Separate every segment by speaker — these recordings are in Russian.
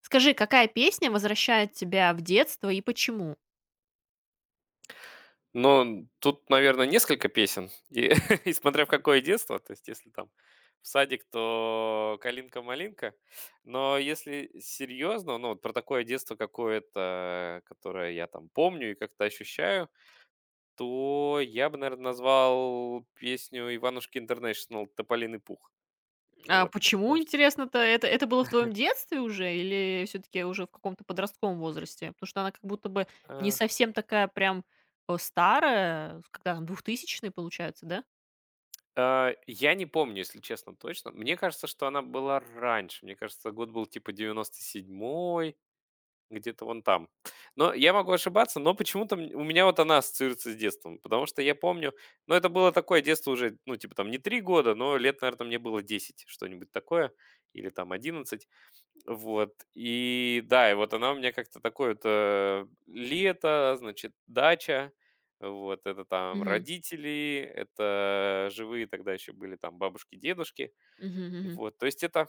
Speaker 1: Скажи, какая песня возвращает тебя в детство и почему?
Speaker 2: Но, тут, наверное, несколько песен, и и смотря в какое детство. То есть если там в садик, то "Калинка-малинка". Но если серьезно, ну, вот про такое детство какое-то, которое я там помню и как-то ощущаю, то я бы, наверное, назвал песню "Иванушки Интернешнл" "Тополиный пух".
Speaker 1: А
Speaker 2: Вот,
Speaker 1: почему,
Speaker 2: потому что
Speaker 1: интересно-то, это было в твоем детстве уже или все-таки уже в каком-то подростковом возрасте? Потому что она как будто бы не
Speaker 2: а,
Speaker 1: совсем такая прям старая, когда там двухтысячные получается, да?
Speaker 2: я не помню, если честно, точно. Мне кажется, что она была раньше. Мне кажется, год был типа 97-й. Где-то вон там. Но я могу ошибаться, но почему-то у меня вот она ассоциируется с детством, потому что я помню, ну, это было такое детство уже, ну, типа там не 3 года, но лет, наверное, мне было 10 что-нибудь такое, или там 11, вот, и да, и вот она у меня как-то такое вот лето, значит, дача, вот, это там
Speaker 1: Мгм.
Speaker 2: родители, это живые тогда еще были там бабушки, дедушки,
Speaker 1: Мгм, мгм.
Speaker 2: вот, то есть это.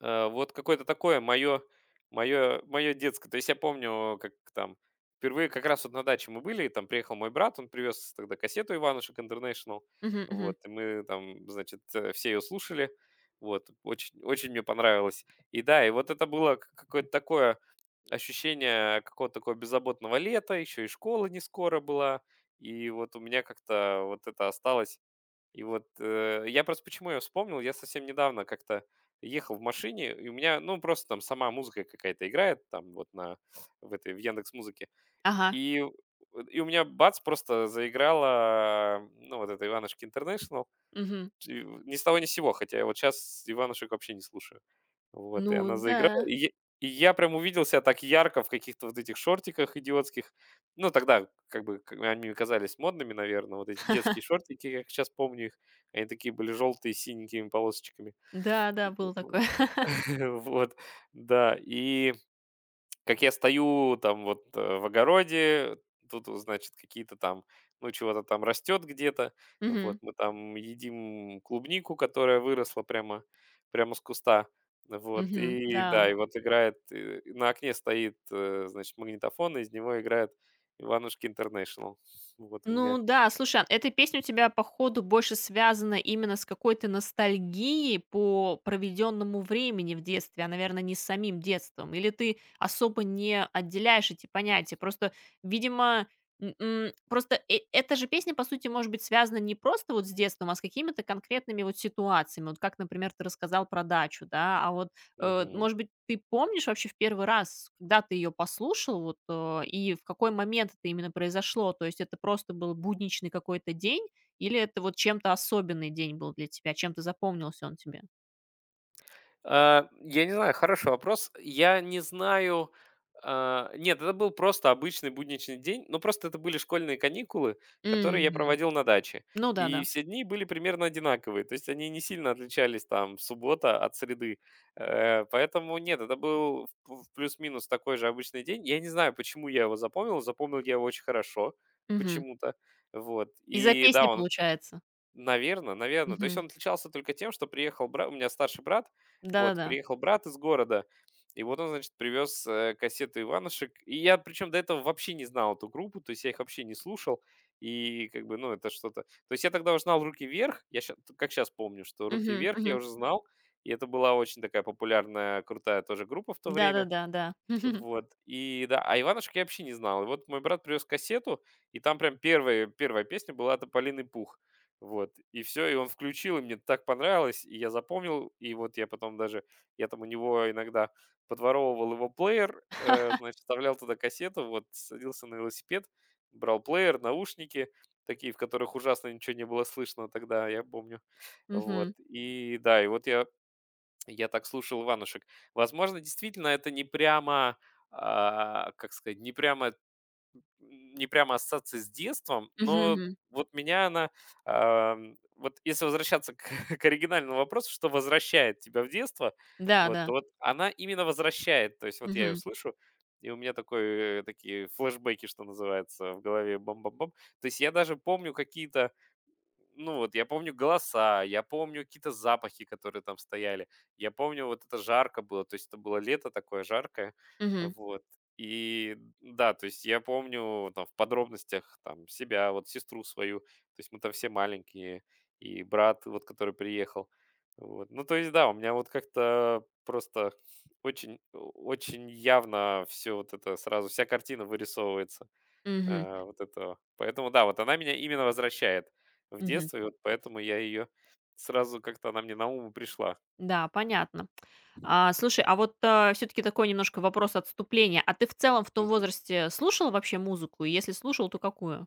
Speaker 2: Вот какое-то такое мое мое детское. То есть я помню, как там впервые как раз вот на даче мы были, и там приехал мой брат, он привез тогда кассету Иванушек International,
Speaker 1: Мгм,
Speaker 2: вот,
Speaker 1: мгм.
Speaker 2: и мы там, значит, все ее слушали, вот, очень, очень мне понравилось. И да, и вот это было какое-то такое ощущение какого-то такого беззаботного лета, еще и школа не скоро была, и вот у меня как-то вот это осталось. И вот, я просто почему я вспомнил, я совсем недавно как-то ехал в машине, и у меня, ну, просто там сама музыка какая-то играет там вот на в этой, в "Яндекс.Музыке".
Speaker 1: Ага.
Speaker 2: И и у меня бац просто заиграла, ну, вот эта "Иванушки Интернешнл"
Speaker 1: Мгм.
Speaker 2: ч ни с того ни с сего, хотя я вот сейчас "Иванушек" вообще не слушаю. Вот,
Speaker 1: Ну
Speaker 2: и она
Speaker 1: да,
Speaker 2: заиграла. И я прям увидел себя так ярко в каких-то вот этих шортиках идиотских. Ну, тогда как бы к они казались модными, наверное, вот эти детские шортики, как сейчас помню их. Они такие были желтые с синенькими полосочками.
Speaker 1: да, да, было такое.
Speaker 2: Вот, да, и как я стою там вот, в огороде, тут вот, значит, какие-то там, ну, чего-то там растет где-то. Вот
Speaker 1: Мгм.
Speaker 2: мы там едим клубнику, которая выросла прямо с куста. Вот
Speaker 1: Мгм.
Speaker 2: и
Speaker 1: Да.
Speaker 2: да, и вот играет, на окне стоит, значит, магнитофон, и из него играет "Иванушки Интернешнл". Вот у меня.
Speaker 1: Ну да, слушай, а эта песня у тебя, походу, больше связана именно с какой-то ностальгией по проведенному времени в детстве, а, наверное, не с самим детством. Или ты особо не отделяешь эти понятия? Просто, видимо, просто эта же песня, по сути, может быть связана не просто вот с детством, а с какими-то конкретными вот ситуациями. Вот как, например, ты рассказал про дачу, да, а вот
Speaker 2: Мгм.
Speaker 1: может быть, ты помнишь вообще в первый раз, когда ты ее послушал, вот, и в какой момент это именно произошло? То есть это просто был будничный какой-то день или это вот чем-то особенный день был для тебя? Чем-то запомнился он тебе?
Speaker 2: Я не знаю, хороший вопрос. Я не знаю. Нет, это был просто обычный будничный день, но просто это были школьные каникулы, которые я
Speaker 1: Мгм.
Speaker 2: проводил на даче.
Speaker 1: Ну
Speaker 2: И
Speaker 1: да-да.
Speaker 2: все дни были примерно одинаковые, то есть они не сильно отличались там суббота от среды. Поэтому нет, это был в плюс-минус такой же обычный день. Я не знаю, почему я его запомнил, запомнил я его очень хорошо
Speaker 1: Мгм.
Speaker 2: почему-то. Вот.
Speaker 1: Из-за
Speaker 2: И да,
Speaker 1: песни
Speaker 2: он.
Speaker 1: получается.
Speaker 2: Наверно. То есть
Speaker 1: Мгм.
Speaker 2: он отличался только тем, что приехал бра у меня старший брат, вот,
Speaker 1: Да-да-да.
Speaker 2: приехал брат из города, и вот он, значит, привез, кассету "Иванушек". И я, причем, до этого вообще не знал эту группу, то есть я их вообще не слушал, и как бы, ну, это что-то. То есть я тогда уже знал "Руки вверх", я ща как сейчас помню, что "Руки
Speaker 1: Мгм,
Speaker 2: вверх" я
Speaker 1: мгм.
Speaker 2: уже знал, и это была очень такая популярная, крутая тоже группа в то время.
Speaker 1: Да-да-да, да.
Speaker 2: Вот, и да, а Иванушек я вообще не знал. И вот мой брат привез кассету, и там прям первая песня была «Тополиный пух». Вот, и все, и он включил, и мне так понравилось, и я запомнил, и вот я потом даже, я там у него иногда подворовывал его плеер, значит, вставлял туда кассету, вот, садился на велосипед, брал плеер, наушники, такие, в которых ужасно ничего не было слышно тогда, я помню, вот,
Speaker 1: Мгм.
Speaker 2: и да, и вот я так слушал Иванушек. Возможно, действительно, это не прямо, как сказать, не прямо ассоциация с детством,
Speaker 1: Мгм,
Speaker 2: но
Speaker 1: мгм.
Speaker 2: вот меня она, вот если возвращаться к к оригинальному вопросу, что возвращает тебя в детство,
Speaker 1: Да,
Speaker 2: вот, то
Speaker 1: да.
Speaker 2: вот она именно возвращает. То есть вот я ее
Speaker 1: Мгм.
Speaker 2: слышу, и у меня такой, такие флешбеки, что называется, в голове бам-бам-бам. То есть я даже помню какие-то. Ну вот, я помню голоса, я помню какие-то запахи, которые там стояли. Я помню, вот это жарко было, то есть это было лето такое жаркое,
Speaker 1: Мгм.
Speaker 2: вот. И да, то есть я помню там в подробностях там себя, вот сестру свою, то есть мы там все маленькие, и брат, вот который приехал. Вот. Ну, то есть, да, у меня вот как-то просто очень, очень явно все вот это сразу, вся картина вырисовывается
Speaker 1: Мгм.
Speaker 2: вот этого. Поэтому да, вот она меня именно возвращает в
Speaker 1: Мгм.
Speaker 2: детство, и вот поэтому я ее сразу как-то она мне на ум и пришла.
Speaker 1: Да, понятно. А, слушай, а вот, все таки такой немножко вопрос отступления. А ты в целом в том
Speaker 2: Мгм.
Speaker 1: возрасте слушал вообще музыку? И если слушал, то какую?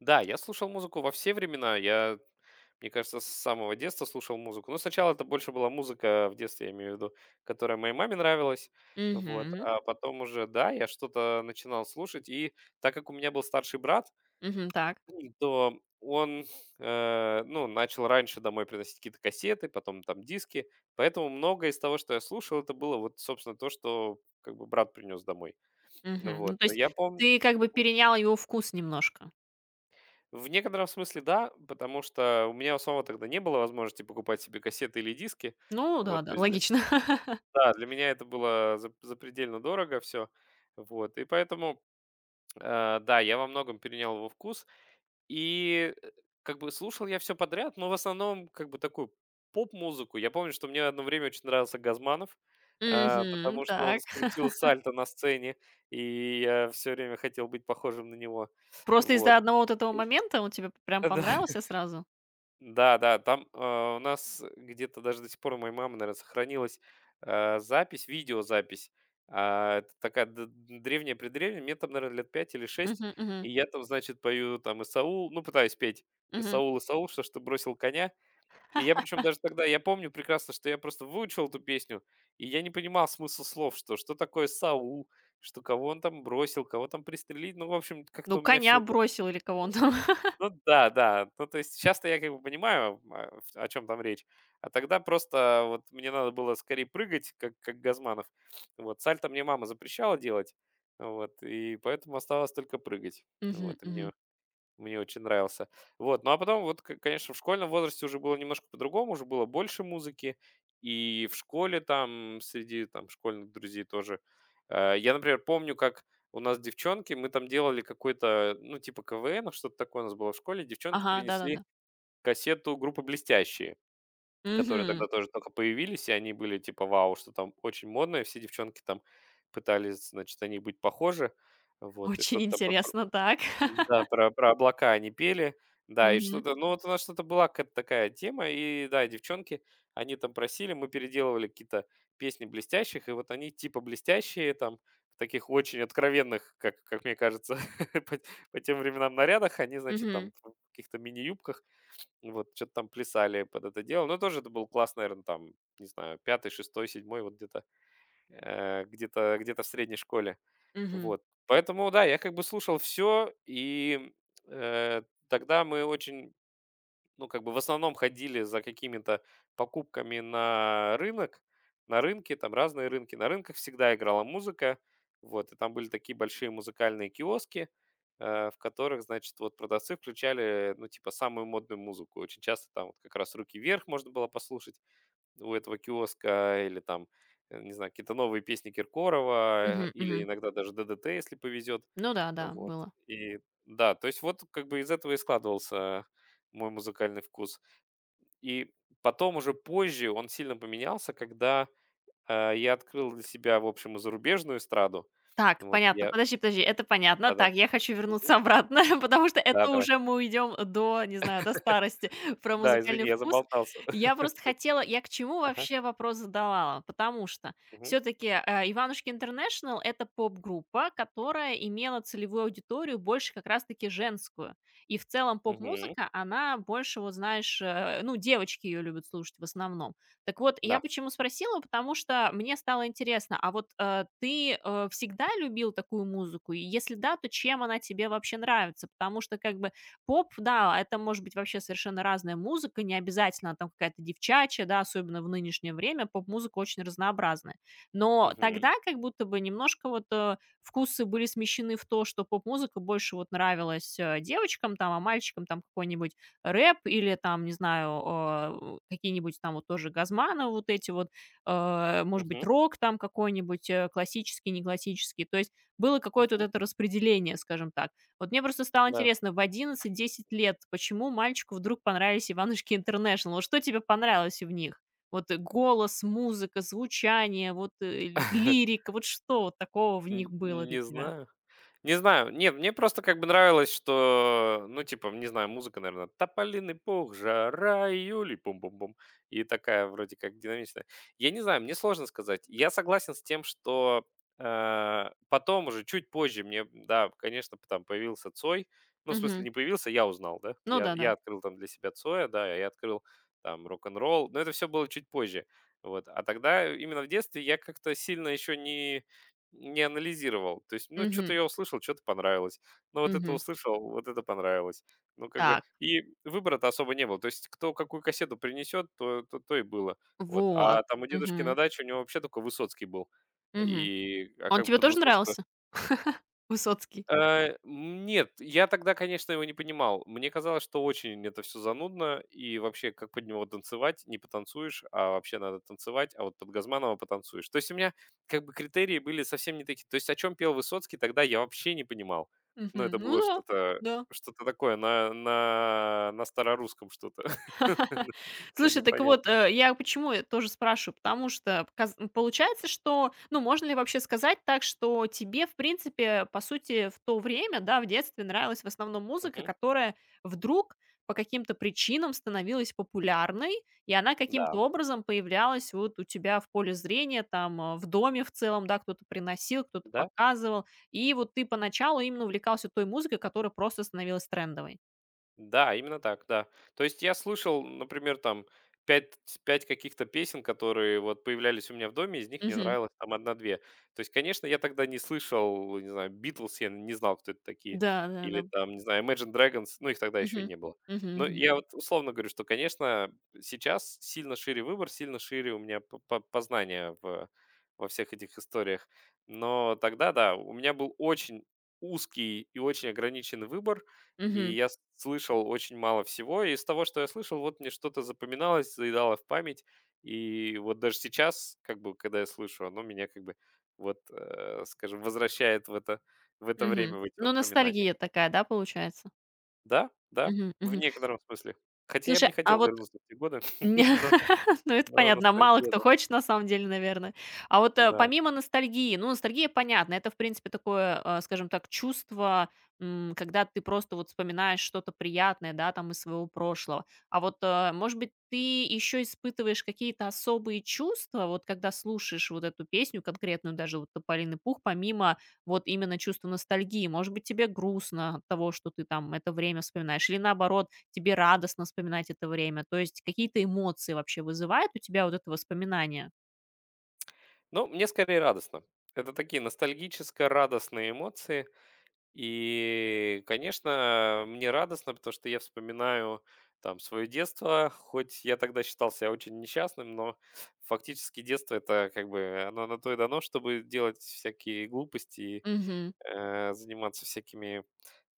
Speaker 2: Да, я слушал музыку во все времена. Я, мне кажется, с самого детства слушал музыку. Ну, сначала это больше была музыка в детстве, я имею в виду, которая моей маме нравилась. Вот,
Speaker 1: Мгм.
Speaker 2: а потом уже, да, я что-то начинал слушать. И так как у меня был старший брат,
Speaker 1: Мгм. Так.
Speaker 2: То он, ну, начал раньше домой приносить какие-то кассеты, потом там диски, поэтому многое из того, что я слушал, это было вот, собственно, то, что как бы брат принес домой.
Speaker 1: Мгм. Ну,
Speaker 2: Вот,
Speaker 1: то
Speaker 2: но
Speaker 1: есть
Speaker 2: я помню.
Speaker 1: ты как бы перенял его вкус немножко.
Speaker 2: В некотором смысле да, потому что у меня у самого тогда не было возможности покупать себе кассеты или диски.
Speaker 1: Ну
Speaker 2: Вот, то
Speaker 1: да-да,
Speaker 2: есть для
Speaker 1: логично.
Speaker 2: да, для меня это было за запредельно дорого все. Вот, и поэтому, да, я во многом перенял его вкус. И, как бы слушал я все подряд, но в основном как бы такую поп-музыку. Я помню, что мне одно время очень нравился Газманов,
Speaker 1: Мгм.
Speaker 2: потому что он
Speaker 1: Так.
Speaker 2: скрутил сальто на сцене, и я все время хотел быть похожим на него.
Speaker 1: Просто
Speaker 2: Вот.
Speaker 1: из-за одного вот этого
Speaker 2: И
Speaker 1: момента он тебе прям
Speaker 2: да.
Speaker 1: понравился сразу?
Speaker 2: Да, да, там, у нас где-то даже до сих пор у моей мамы, наверное, сохранилась, запись, видеозапись. Это такая д древняя-предревняя, мне там, наверное, лет 5 или шесть,
Speaker 1: Мгм, мгм,
Speaker 2: и я там, значит, пою там "Исаул", ну, пытаюсь петь
Speaker 1: мгм.
Speaker 2: "Исаул, Исаул, что ж ты бросил коня". И я причем даже тогда, я помню прекрасно, что я просто выучил эту песню, и я не понимал смысл слов, что такое Саул, что кого он там бросил, кого там пристрелить. Ну, в общем,
Speaker 1: Ну,
Speaker 2: как-то у меня все
Speaker 1: коня
Speaker 2: это.
Speaker 1: бросил или кого он там.
Speaker 2: Ну да, да. Ну, то есть сейчас-то я как бы понимаю, о чем там речь. А тогда просто вот мне надо было скорее прыгать, как Газманов. Вот, сальто мне мама запрещала делать, вот, и поэтому оставалось только прыгать.
Speaker 1: Мгм,
Speaker 2: Вот, и мне
Speaker 1: мгм.
Speaker 2: мне очень нравился. Вот, ну а потом вот, к конечно, в школьном возрасте уже было немножко по-другому, уже было больше музыки. И в школе там, среди там школьных друзей тоже. Я, например, помню, как у нас девчонки, мы там делали какой-то, ну, типа КВН, что-то такое у нас было в школе. Девчонки
Speaker 1: Ага,
Speaker 2: принесли
Speaker 1: да-да-да.
Speaker 2: кассету группы "Блестящие", которые тогда
Speaker 1: Мгм.
Speaker 2: тоже только появились, и они были типа вау, что там очень модно, и все девчонки там пытались, значит, они быть похожи. Вот, и
Speaker 1: Очень
Speaker 2: что-то там
Speaker 1: интересно, так.
Speaker 2: да, про облака они пели. Да, и
Speaker 1: Мгм.
Speaker 2: что-то, ну, вот у нас что-то была какая-то такая тема. И да, девчонки, они там просили, мы переделывали какие-то песни блестящих, и вот они типа блестящие, там, в таких очень откровенных, как мне кажется, по, по тем временам нарядах, они, значит, там
Speaker 1: Мгм.
Speaker 2: в каких-то мини-юбках, вот, что-то там плясали под это дело. Но тоже это был класс, наверное, там, не знаю, пятый, шестой, седьмой, вот где-то в средней школе.
Speaker 1: Мгм.
Speaker 2: Вот. Поэтому, да, я как бы слушал все, и э, тогда мы очень, ну, как бы в основном ходили за какими-то покупками на рынок, на рынке, там разные рынки. На рынках всегда играла музыка, вот, и там были такие большие музыкальные киоски, в которых, значит, вот продавцы включали, ну, типа, самую модную музыку. Очень часто там вот как раз «Руки вверх» можно было послушать, у этого киоска или там, не знаю, какие-то новые песни Киркорова,
Speaker 1: Мгм.
Speaker 2: или
Speaker 1: Мгм.
Speaker 2: иногда даже ДДТ, если повезет.
Speaker 1: Ну да, да,
Speaker 2: Вот.
Speaker 1: было.
Speaker 2: И да, то есть вот как бы из этого и складывался мой музыкальный вкус. И потом уже позже он сильно поменялся, когда я открыл для себя, в общем, и зарубежную эстраду.
Speaker 1: Так,
Speaker 2: Вот,
Speaker 1: понятно.
Speaker 2: я...
Speaker 1: Подожди, подожди, это понятно.
Speaker 2: Да-да.
Speaker 1: Так, я хочу вернуться
Speaker 2: Мгм.
Speaker 1: обратно, потому что
Speaker 2: Да,
Speaker 1: это
Speaker 2: давай.
Speaker 1: уже мы уйдем до, не знаю, до старости про
Speaker 2: Да, извини,
Speaker 1: музыкальный
Speaker 2: я
Speaker 1: вкус.
Speaker 2: заболтался.
Speaker 1: Я просто хотела я к чему
Speaker 2: Ага.
Speaker 1: вообще вопрос задавала? Потому что
Speaker 2: Мгм.
Speaker 1: все таки "Иванушки Интернешнл" — это поп-группа, которая имела целевую аудиторию больше как раз таки женскую. И в целом
Speaker 2: Мгм.
Speaker 1: поп-музыка, она больше, вот знаешь, ну, девочки ее любят слушать в основном. Так вот, я
Speaker 2: Да.
Speaker 1: почему спросила, потому что мне стало интересно, а вот ты всегда любил такую музыку? И если да, то чем она тебе вообще нравится? Потому что как бы поп, да, это может быть вообще совершенно разная музыка, не обязательно там какая-то девчачья, да, особенно в нынешнее время поп-музыка очень разнообразная. Но
Speaker 2: Мгм.
Speaker 1: тогда как будто бы немножко вот вкусы были смещены в то, что поп-музыка больше вот нравилась девочкам там, а мальчикам там какой-нибудь рэп или там, не знаю, у какие-нибудь там вот тоже газманы вот эти вот, может быть,
Speaker 2: Мгм.
Speaker 1: рок там какой-нибудь, классический, не классический. То есть было какое-то вот
Speaker 2: Мгм.
Speaker 1: это распределение, скажем так. Вот мне просто стало
Speaker 2: Да.
Speaker 1: интересно, в 11-10 лет почему мальчику вдруг понравились "Иванушки Интернешнл"? Вот что тебе понравилось в них? Вот, голос, музыка, звучание, вот, э, ли лирика, вот что вот такого в них
Speaker 2: Н
Speaker 1: было для
Speaker 2: не
Speaker 1: тебя?
Speaker 2: знаю. Не знаю. Не, мне просто как бы нравилось, что, ну, типа, не знаю, музыка, наверное, "Тополиный пух", "Жара", "Июль" и пум-пум-пум. И такая вроде как динамичная. Я не знаю, мне сложно сказать. Я согласен с тем, что, потом уже, чуть позже мне, да, конечно, п там появился Цой. Ну, в смысле,
Speaker 1: Мгм.
Speaker 2: не появился, я узнал, да.
Speaker 1: Ну
Speaker 2: Я
Speaker 1: да-да.
Speaker 2: открыл там для себя Цоя, да, я открыл там рок-н-ролл, но это все было чуть позже. Вот. А тогда, именно в детстве, я как-то сильно еще не анализировал. То есть, ну, что то
Speaker 1: Мгм.
Speaker 2: я услышал, что то понравилось. Ну, вот это
Speaker 1: Мгм.
Speaker 2: услышал, вот это понравилось. Ну, как бы
Speaker 1: Так.
Speaker 2: и выбора-то особо не было. То есть кто какую кассету принесет, то и было. Вот.
Speaker 1: Вот.
Speaker 2: А там у дедушки на
Speaker 1: Мгм.
Speaker 2: даче у него вообще только Высоцкий был.
Speaker 1: Мгм.
Speaker 2: И, а
Speaker 1: Он
Speaker 2: как бы
Speaker 1: тебе
Speaker 2: под
Speaker 1: тоже
Speaker 2: Высоцкого.
Speaker 1: нравился? Высоцкий?
Speaker 2: Нет, я тогда, конечно, его не понимал. Мне казалось, что очень это все занудно, и вообще, как под него танцевать, не потанцуешь, а вообще надо танцевать, а вот под Газманова потанцуешь. То есть у меня как бы критерии были совсем не такие. То есть о чем пел Высоцкий, тогда я вообще не понимал. Но
Speaker 1: Мгм.
Speaker 2: это
Speaker 1: Ну
Speaker 2: было
Speaker 1: да,
Speaker 2: что-то,
Speaker 1: да.
Speaker 2: что-то такое на старорусском что-то, но
Speaker 1: Слушай, так вот,
Speaker 2: непонятно.
Speaker 1: я почему я тоже спрашиваю, потому что получается, что, ну, можно ли вообще сказать так, что тебе, в принципе, по сути, в то время, да, в детстве нравилась в основном музыка,
Speaker 2: Мгм.
Speaker 1: которая вдруг по каким-то причинам становилась популярной, и она
Speaker 2: Да,
Speaker 1: каким-то образом появлялась вот у тебя в поле зрения, там, в доме в целом, да, кто-то приносил, кто-то
Speaker 2: да.
Speaker 1: показывал, и вот ты поначалу именно увлекался той музыкой, которая просто становилась трендовой.
Speaker 2: Да, именно так, да. То есть я слышал, например, там 5 5 каких-то песен, которые вот появлялись у меня в доме, из них мне
Speaker 1: Мгм.
Speaker 2: нравилась там одна-две. То есть, конечно, я тогда не слышал, не знаю, Beatles, я не знал, кто это такие,
Speaker 1: Да, да,
Speaker 2: или
Speaker 1: да.
Speaker 2: там, не знаю, Imagine Dragons, ну, их тогда еще и
Speaker 1: Мгм.
Speaker 2: не было.
Speaker 1: Мгм.
Speaker 2: Но
Speaker 1: Мгм.
Speaker 2: я вот условно говорю, что, конечно, сейчас сильно шире выбор, сильно шире у меня познание в, во всех этих историях. Но тогда, да, у меня был очень узкий и очень ограниченный выбор, и
Speaker 1: Мгм,
Speaker 2: я с слышал очень мало всего. И из того, что я слышал, вот мне что-то запоминалось, заедало в память. И вот даже сейчас, как бы, когда я слышу, оно меня как бы вот, скажем, возвращает в это
Speaker 1: мгм.
Speaker 2: время, в эти
Speaker 1: Ну,
Speaker 2: воспоминания.
Speaker 1: ностальгия такая, да, получается?
Speaker 2: Да, да,
Speaker 1: Мгм,
Speaker 2: в
Speaker 1: мгм.
Speaker 2: некотором смысле. Хотя я бы
Speaker 1: Слушай,
Speaker 2: не
Speaker 1: а
Speaker 2: хотел
Speaker 1: вот.
Speaker 2: вернуться в те годы,
Speaker 1: Не,
Speaker 2: но,
Speaker 1: ну, это
Speaker 2: но
Speaker 1: понятно, мало
Speaker 2: ностальгия,
Speaker 1: кто
Speaker 2: да.
Speaker 1: хочет, на самом деле, наверное. А вот,
Speaker 2: Да.
Speaker 1: помимо ностальгии, ну, ностальгия, понятно, это, в принципе, такое, скажем так, чувство, когда ты просто вот вспоминаешь что-то приятное, да, там, из своего прошлого. А вот, может быть, ты еще испытываешь какие-то особые чувства, вот когда слушаешь вот эту песню конкретную, даже вот "Тополиный пух", помимо вот именно чувства ностальгии? Может быть, тебе грустно от того, что ты там это время вспоминаешь, или наоборот тебе радостно вспоминать это время? То есть какие-то эмоции вообще вызывает у тебя вот это воспоминание?
Speaker 2: Но мне скорее радостно. Это такие ностальгическо-радостные эмоции. И, конечно, мне радостно, потому что я вспоминаю там свое детство, хоть я тогда считал себя очень несчастным, но фактически детство это как бы оно на то и дано, чтобы делать всякие глупости,
Speaker 1: Мгм.
Speaker 2: заниматься всякими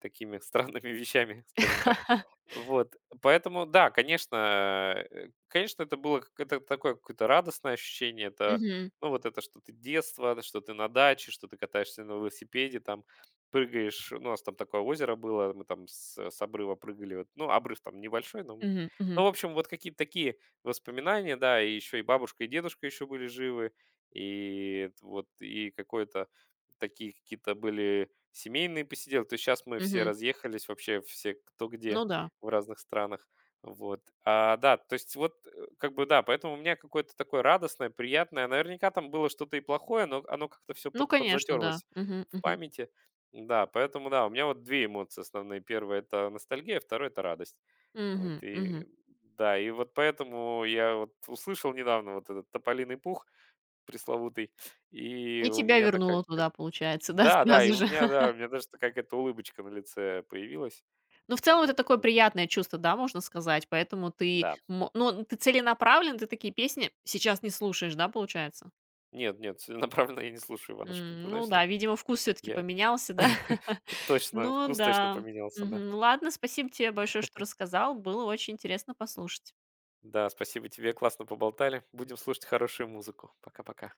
Speaker 2: такими странными вещами, скажем так. Вот, поэтому, да, конечно, это было как-, это такое какое-то радостное ощущение, это,
Speaker 1: Мгм.
Speaker 2: ну, вот это что-то детство, что ты на даче, что ты катаешься на велосипеде, там, прыгаешь, ну, у нас там такое озеро было, мы там с обрыва прыгали, вот, ну, обрыв там небольшой, но мы...
Speaker 1: Мгм,
Speaker 2: Ну,
Speaker 1: мгм,
Speaker 2: в общем, вот какие-то такие воспоминания, да, и еще и бабушка, и дедушка еще были живы, и вот, и какое-то, такие какие-то были семейные посиделки. То есть сейчас мы все
Speaker 1: мгм.
Speaker 2: разъехались вообще, все кто где
Speaker 1: Ну да,
Speaker 2: в разных странах. Вот. А, да, то есть вот как бы да, поэтому у меня какое-то такое радостное, приятное. Наверняка там было что-то и плохое, но оно как-то все
Speaker 1: ну конечно, да,
Speaker 2: подзатерлось
Speaker 1: мгм,
Speaker 2: в
Speaker 1: мгм,
Speaker 2: памяти. Да, поэтому да, у меня вот две эмоции основные. Первая это ностальгия, второе это радость. Вот,
Speaker 1: мгм,
Speaker 2: и
Speaker 1: мгм.
Speaker 2: да, и вот поэтому я вот услышал недавно вот этот тополиный пух пресловутый, и
Speaker 1: И
Speaker 2: у
Speaker 1: тебя
Speaker 2: меня такая.
Speaker 1: вернуло туда, получается, да,
Speaker 2: Да, да, и
Speaker 1: сразу
Speaker 2: у
Speaker 1: же?
Speaker 2: меня, да, у меня даже та какая-то улыбочка на лице появилась.
Speaker 1: Ну, в
Speaker 2: Ну
Speaker 1: целом, вот
Speaker 2: вот,
Speaker 1: это такое
Speaker 2: потому что
Speaker 1: приятное чувство, да, можно сказать, поэтому ты
Speaker 2: да.
Speaker 1: мо ну, ты целенаправлен, ты такие песни сейчас не слушаешь, да, получается?
Speaker 2: Нет, нет, целенаправленно я не слушаю Иванушек
Speaker 1: М, ну
Speaker 2: Интернешнл.
Speaker 1: да, видимо, вкус все таки
Speaker 2: Я
Speaker 1: поменялся, да?
Speaker 2: точно,
Speaker 1: Ну
Speaker 2: вкус точно
Speaker 1: да.
Speaker 2: поменялся, да.
Speaker 1: Мгм. Ладно, спасибо тебе большое, что рассказал. Было очень интересно послушать.
Speaker 2: Да, спасибо тебе, классно поболтали. Будем слушать хорошую музыку. Пока-пока.